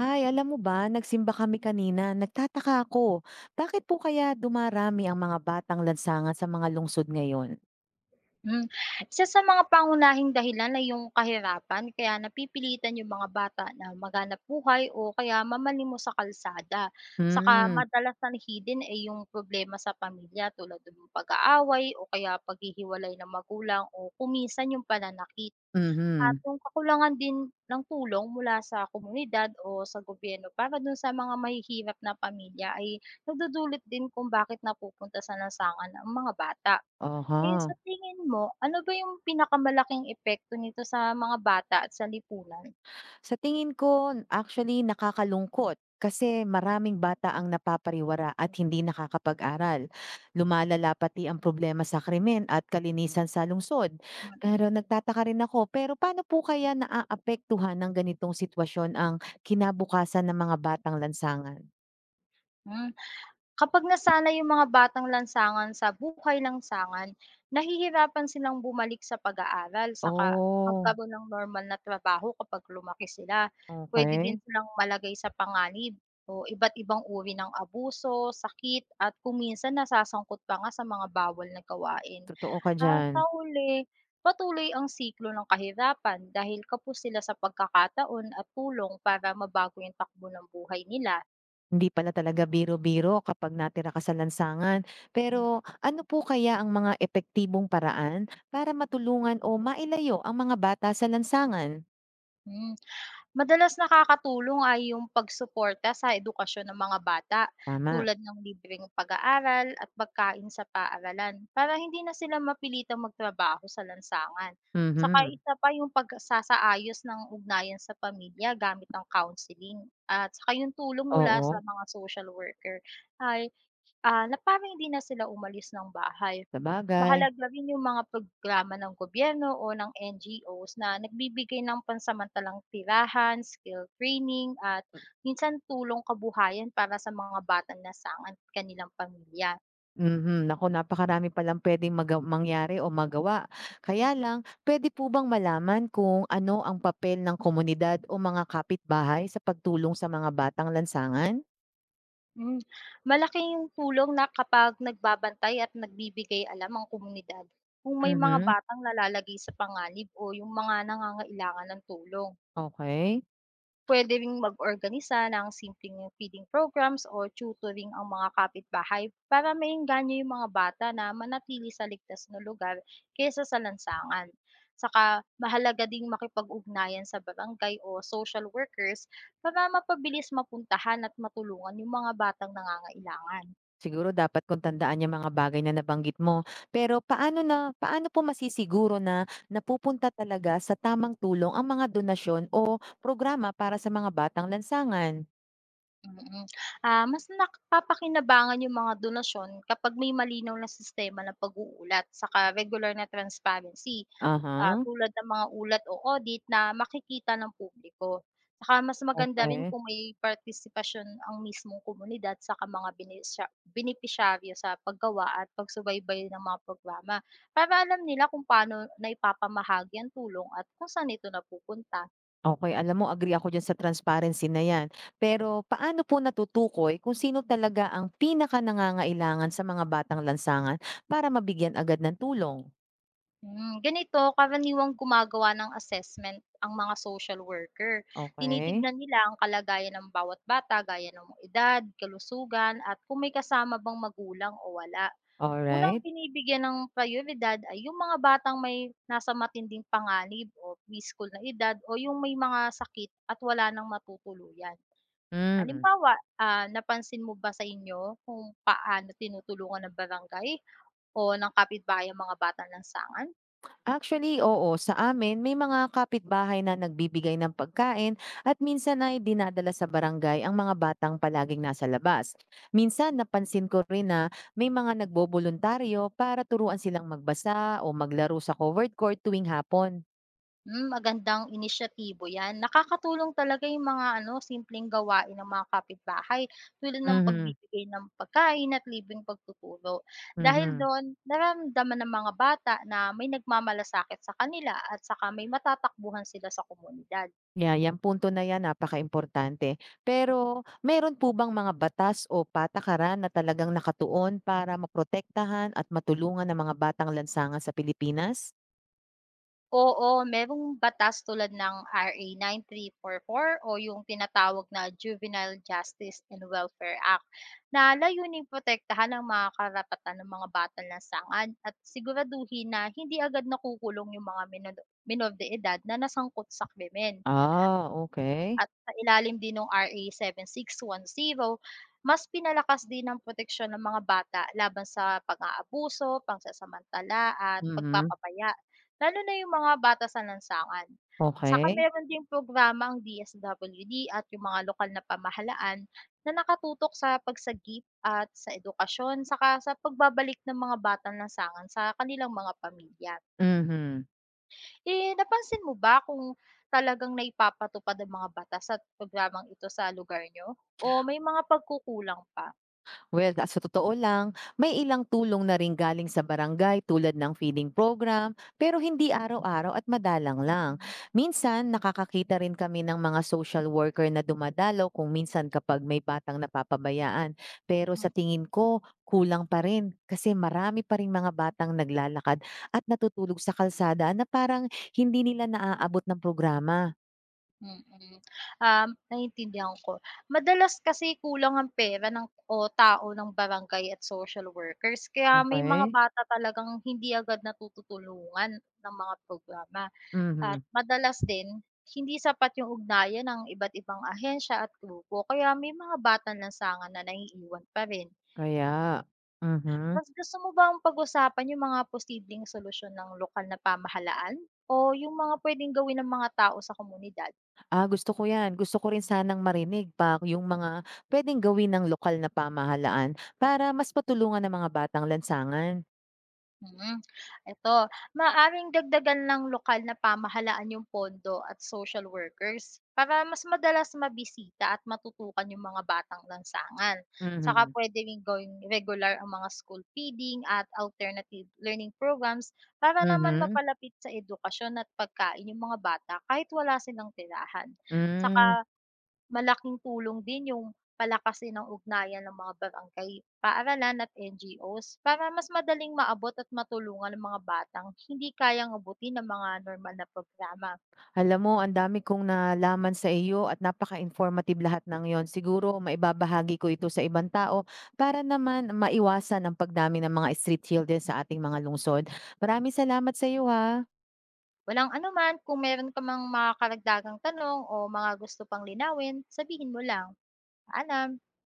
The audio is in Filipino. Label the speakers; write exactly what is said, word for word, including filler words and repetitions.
Speaker 1: Hi, alam mo ba, nagsimba kami kanina. Nagtataka ako, bakit po kaya dumarami ang mga batang lansangan sa mga lungsod ngayon?
Speaker 2: Hmm, Isa sa mga pangunahing dahilan ay yung kahirapan kaya napipilitan yung mga bata na maghanap buhay o kaya mamalimos sa kalsada. Saka
Speaker 1: Hmm,
Speaker 2: madalas na hidden ay yung problema sa pamilya tulad ng pag-aaway o kaya paghihiwalay ng magulang o kumisan yung pananakit. At
Speaker 1: mhm.
Speaker 2: yung kakulangan din ng tulong mula sa komunidad o sa gobyerno para dun sa mga mahihirap na pamilya ay nagdudulot din kung bakit napupunta sa lansangan ang mga bata. Eh,
Speaker 1: Aha.
Speaker 2: sa tingin mo, ano ba yung pinakamalaking epekto nito sa mga bata at sa lipunan?
Speaker 1: Sa tingin ko, actually nakakalungkot kasi maraming bata ang napapariwara at hindi nakakapag-aral. Lumalala pati ang problema sa krimen at kalinisan sa lungsod. Pero
Speaker 2: Mm,
Speaker 1: nagtataka rin ako, pero paano po kaya naaapektuhan ng ganitong sitwasyon ang kinabukasan ng mga batang lansangan?
Speaker 2: hmm. Kapag nasana yung mga batang lansangan sa buhay lansangan, nahihirapan silang bumalik sa pag-aaral saka
Speaker 1: Oh,
Speaker 2: magkaroon ng normal na trabaho kapag lumaki sila. Puwede din
Speaker 1: okay.
Speaker 2: silang malagay sa panganib o iba't ibang uri ng abuso, sakit at kung minsan nasasangkot pa nga sa mga bawal na gawain.
Speaker 1: Totoo ka
Speaker 2: Ah,
Speaker 1: diyan.
Speaker 2: sa huli, patuloy ang siklo ng kahirapan dahil kapos sila sa pagkakataon at tulong para mabago yung takbo ng buhay nila.
Speaker 1: Hindi pala talaga biro-biro kapag natira ka sa lansangan.
Speaker 2: Mm.
Speaker 1: Pero ano po kaya ang mga epektibong paraan para matulungan o mailayo ang mga bata sa lansangan?
Speaker 2: Mm. Madalas nakakatulong ay yung pagsuporta sa edukasyon ng mga bata
Speaker 1: Tama,
Speaker 2: tulad ng libreng pag-aaral at pagkain sa paaralan para hindi na sila mapilitang magtrabaho sa lansangan. Saka
Speaker 1: mhm.
Speaker 2: isa pa yung pagsasaayos ng ugnayan sa pamilya gamit ang counseling at saka yung tulong mula sa
Speaker 1: Oo,
Speaker 2: mga social worker ay, Ah, na parang hindi na sila umalis ng bahay.
Speaker 1: sabagay.
Speaker 2: Mahalaga rin yung mga programa ng gobyerno o ng N G Os na nagbibigay ng pansamantalang tirahan, skill training at minsan tulong kabuhayan para sa mga batang nasangan at kanilang pamilya.
Speaker 1: Mhm, nako napakarami palang puwedeng maga mangyari o magawa. Kaya lang, puwede po bang malaman kung ano ang papel ng komunidad o mga kapitbahay sa pagtulong sa mga batang lansangan?
Speaker 2: Mm. Malaking tulong na kapag nagbabantay at nagbibigay alam ang komunidad kung may mga
Speaker 1: Mhm.
Speaker 2: batang nalalagay sa panganib o yung mga nangangailangan ng tulong.
Speaker 1: Okay.
Speaker 2: Puwedeng mag-organisa ng simpleng feeding programs o tutoring ang mga kapitbahay para maengganyo yung mga bata na manatili sa ligtas na lugar kaysa sa lansangan. Saka mahalaga ding makipag-ugnayan sa barangay o social workers para mapabilis mapuntahan at matulungan yung mga batang nangangailangan.
Speaker 1: Siguro dapat kong tandaan yung mga bagay na nabanggit mo. Pero paano na paano po masisiguro na napupunta talaga sa tamang tulong ang mga donasyon o programa para sa mga batang lansangan?
Speaker 2: Mm. Ah, mas nakapapakinabangan yung mga donasyon kapag may malinaw na sistema ng pag-uulat saka regular na transparency, ah,
Speaker 1: Aha,
Speaker 2: tulad ng mga ulat o audit na makikita ng publiko. Saka mas maganda rin
Speaker 1: Okay.
Speaker 2: kung may partisipasyon ang mismong komunidad saka mga binisya benepisyaryo sa paggawa at pagsubaybay ng mga programa para alam nila kung paano naipapamahagi ang tulong at kung saan ito napupunta.
Speaker 1: Okay, alam mo agree ako diyan sa transparency na 'yan. Pero paano po natutukoy kung sino talaga ang pinakanangangailangan sa mga batang lansangan para mabigyan agad ng tulong?
Speaker 2: Hmm, ganito karaniwang gumagawa ng assessment ang mga social worker.
Speaker 1: Okey,
Speaker 2: Tinitignan nila ang kalagayan ng bawat bata gaya ng edad, kalusugan at kung may kasama bang magulang o wala.
Speaker 1: alright.
Speaker 2: Unang binibigyan ng prioridad ay yung mga batang may nasa matinding panganib o preschool na edad o yung may mga sakit at wala nang matutuluyan.
Speaker 1: Hmm.
Speaker 2: Halimbawa, ah, napansin mo ba sa inyo kung paano tinutulungan ng barangay o ng kapitbahay ang mga bata ng sangan?
Speaker 1: Actually, oo. Sa amin, may mga kapitbahay na nagbibigay ng pagkain at minsan ay dinadala sa barangay ang mga batang palaging nasa labas. Minsan, napansin ko rin na may mga nagboboluntaryo para turuan silang magbasa o maglaro sa covered court tuwing hapon.
Speaker 2: Hmm, magandang inisyatibo 'yan. Nakakatulong talaga 'yung mga ano, simpleng gawain ng mga kapitbahay tulad ng
Speaker 1: Mhm.
Speaker 2: pagbibigay ng pagkain at libreng pagtutulog. Dahil
Speaker 1: Mhm.
Speaker 2: doon, nararamdaman ng mga bata na may nagmamalasakit sa kanila at saka may matatakbuhan sila sa komunidad.
Speaker 1: Yeah, yung punto na yan napaka-importante. Pero mayroon po bang mga batas o patakaran na talagang nakatuon para maprotektahan at matulungan ng mga batang lansangan sa Pilipinas?
Speaker 2: Oo, merong batas tulad ng R A nine three four four o yung tinatawag na Juvenile Justice and Welfare Act na layuning protektahan ang mga karapatan ng mga bata batang lansangan at siguraduhin na hindi agad nakukulong yung mga minor, minor de edad na nasangkot sa krimen.
Speaker 1: Ah, okey.
Speaker 2: At sa ilalim din nung R A seven six one zero, mas pinalakas din ang proteksyon ng mga bata laban sa pang-aabuso, pagsasamantala at
Speaker 1: Mhm.
Speaker 2: pagpapabaya, lalo na yung mga bata sa lansangan. Saka
Speaker 1: Okey,
Speaker 2: meron ding programa ang D S W D at yung mga lokal na pamahalaan na nakatutok sa pagsagip at sa edukasyon saka sa pagbabalik ng mga batang lansangan sa kanilang mga pamilya.
Speaker 1: mhm.
Speaker 2: Eh, napansin mo ba kung talagang naipapatupad ang mga batas at programang ito sa lugar niyo o may mga pagkukulang pa?
Speaker 1: Well, ah, sa totoo lang, may ilang tulong na rin galing sa barangay tulad ng feeding program, pero hindi araw-araw at madalang lang.
Speaker 2: Mm,
Speaker 1: Minsan nakakakita rin kami ng mga social worker na dumadalaw kung minsan kapag may batang napapabayaan. Pero sa
Speaker 2: hmm,
Speaker 1: tingin ko, kulang pa rin kasi marami pa ring mga batang naglalakad at natutulog sa kalsada na parang hindi nila naaabot ng programa.
Speaker 2: mm. Mm. Um, naiintindihan ko. Madalas kasi kulang ang pera ng o tao ng barangay at social workers kaya may mga
Speaker 1: Okey,
Speaker 2: bata talagang hindi agad natututulungan ng mga programa at
Speaker 1: mhm.
Speaker 2: madalas din hindi sapat yung ugnayan ng iba't ibang ahensya at grupo kaya may mga batang lansangan na naiiwan pa rin.
Speaker 1: Kaya. Mhm.
Speaker 2: Mas gusto mo bang pag-usapan yung mga posibleng solusyon ng lokal na pamahalaan o yung mga puwedeng gawin ng mga tao sa komunidad?
Speaker 1: Ah, gusto ko 'yan. Gusto ko rin sanang marinig pa yung mga pwedeng gawin ng lokal na pamahalaan para mas matulungan ng mga batang lansangan.
Speaker 2: Mm, Eto, maaring dagdagan ng lokal na pamahalaan yung pondo at social workers para mas madalas mabisita at matutukan yung mga batang lansangan. Saka
Speaker 1: Mhm.
Speaker 2: pwede rin gawing regular ang mga school feeding at alternative learning programs para naman
Speaker 1: Mhm.
Speaker 2: mapalapit sa edukasyon at pagkain yung mga bata kahit wala silang tirahan.
Speaker 1: Hmm.
Speaker 2: Saka malaking tulong din yung palakasin ng ugnayan ng mga barangay, paaralan at N G Os para mas madaling maabot at matulungan ang mga batang hindi kayang abutin ng mga normal na programa.
Speaker 1: Alam mo ang dami kong nalaman sa iyo at napaka-informative lahat ng 'yon. Siguro maibabahagi ko ito sa ibang tao para naman maiwasan ang pagdami ng mga street children sa ating mga lungsod. Maraming salamat sa iyo, ha.
Speaker 2: Walang anuman, kung meron ka mang mga karagdagang tanong o mga gusto pang linawin, sabihin mo lang. Paalam!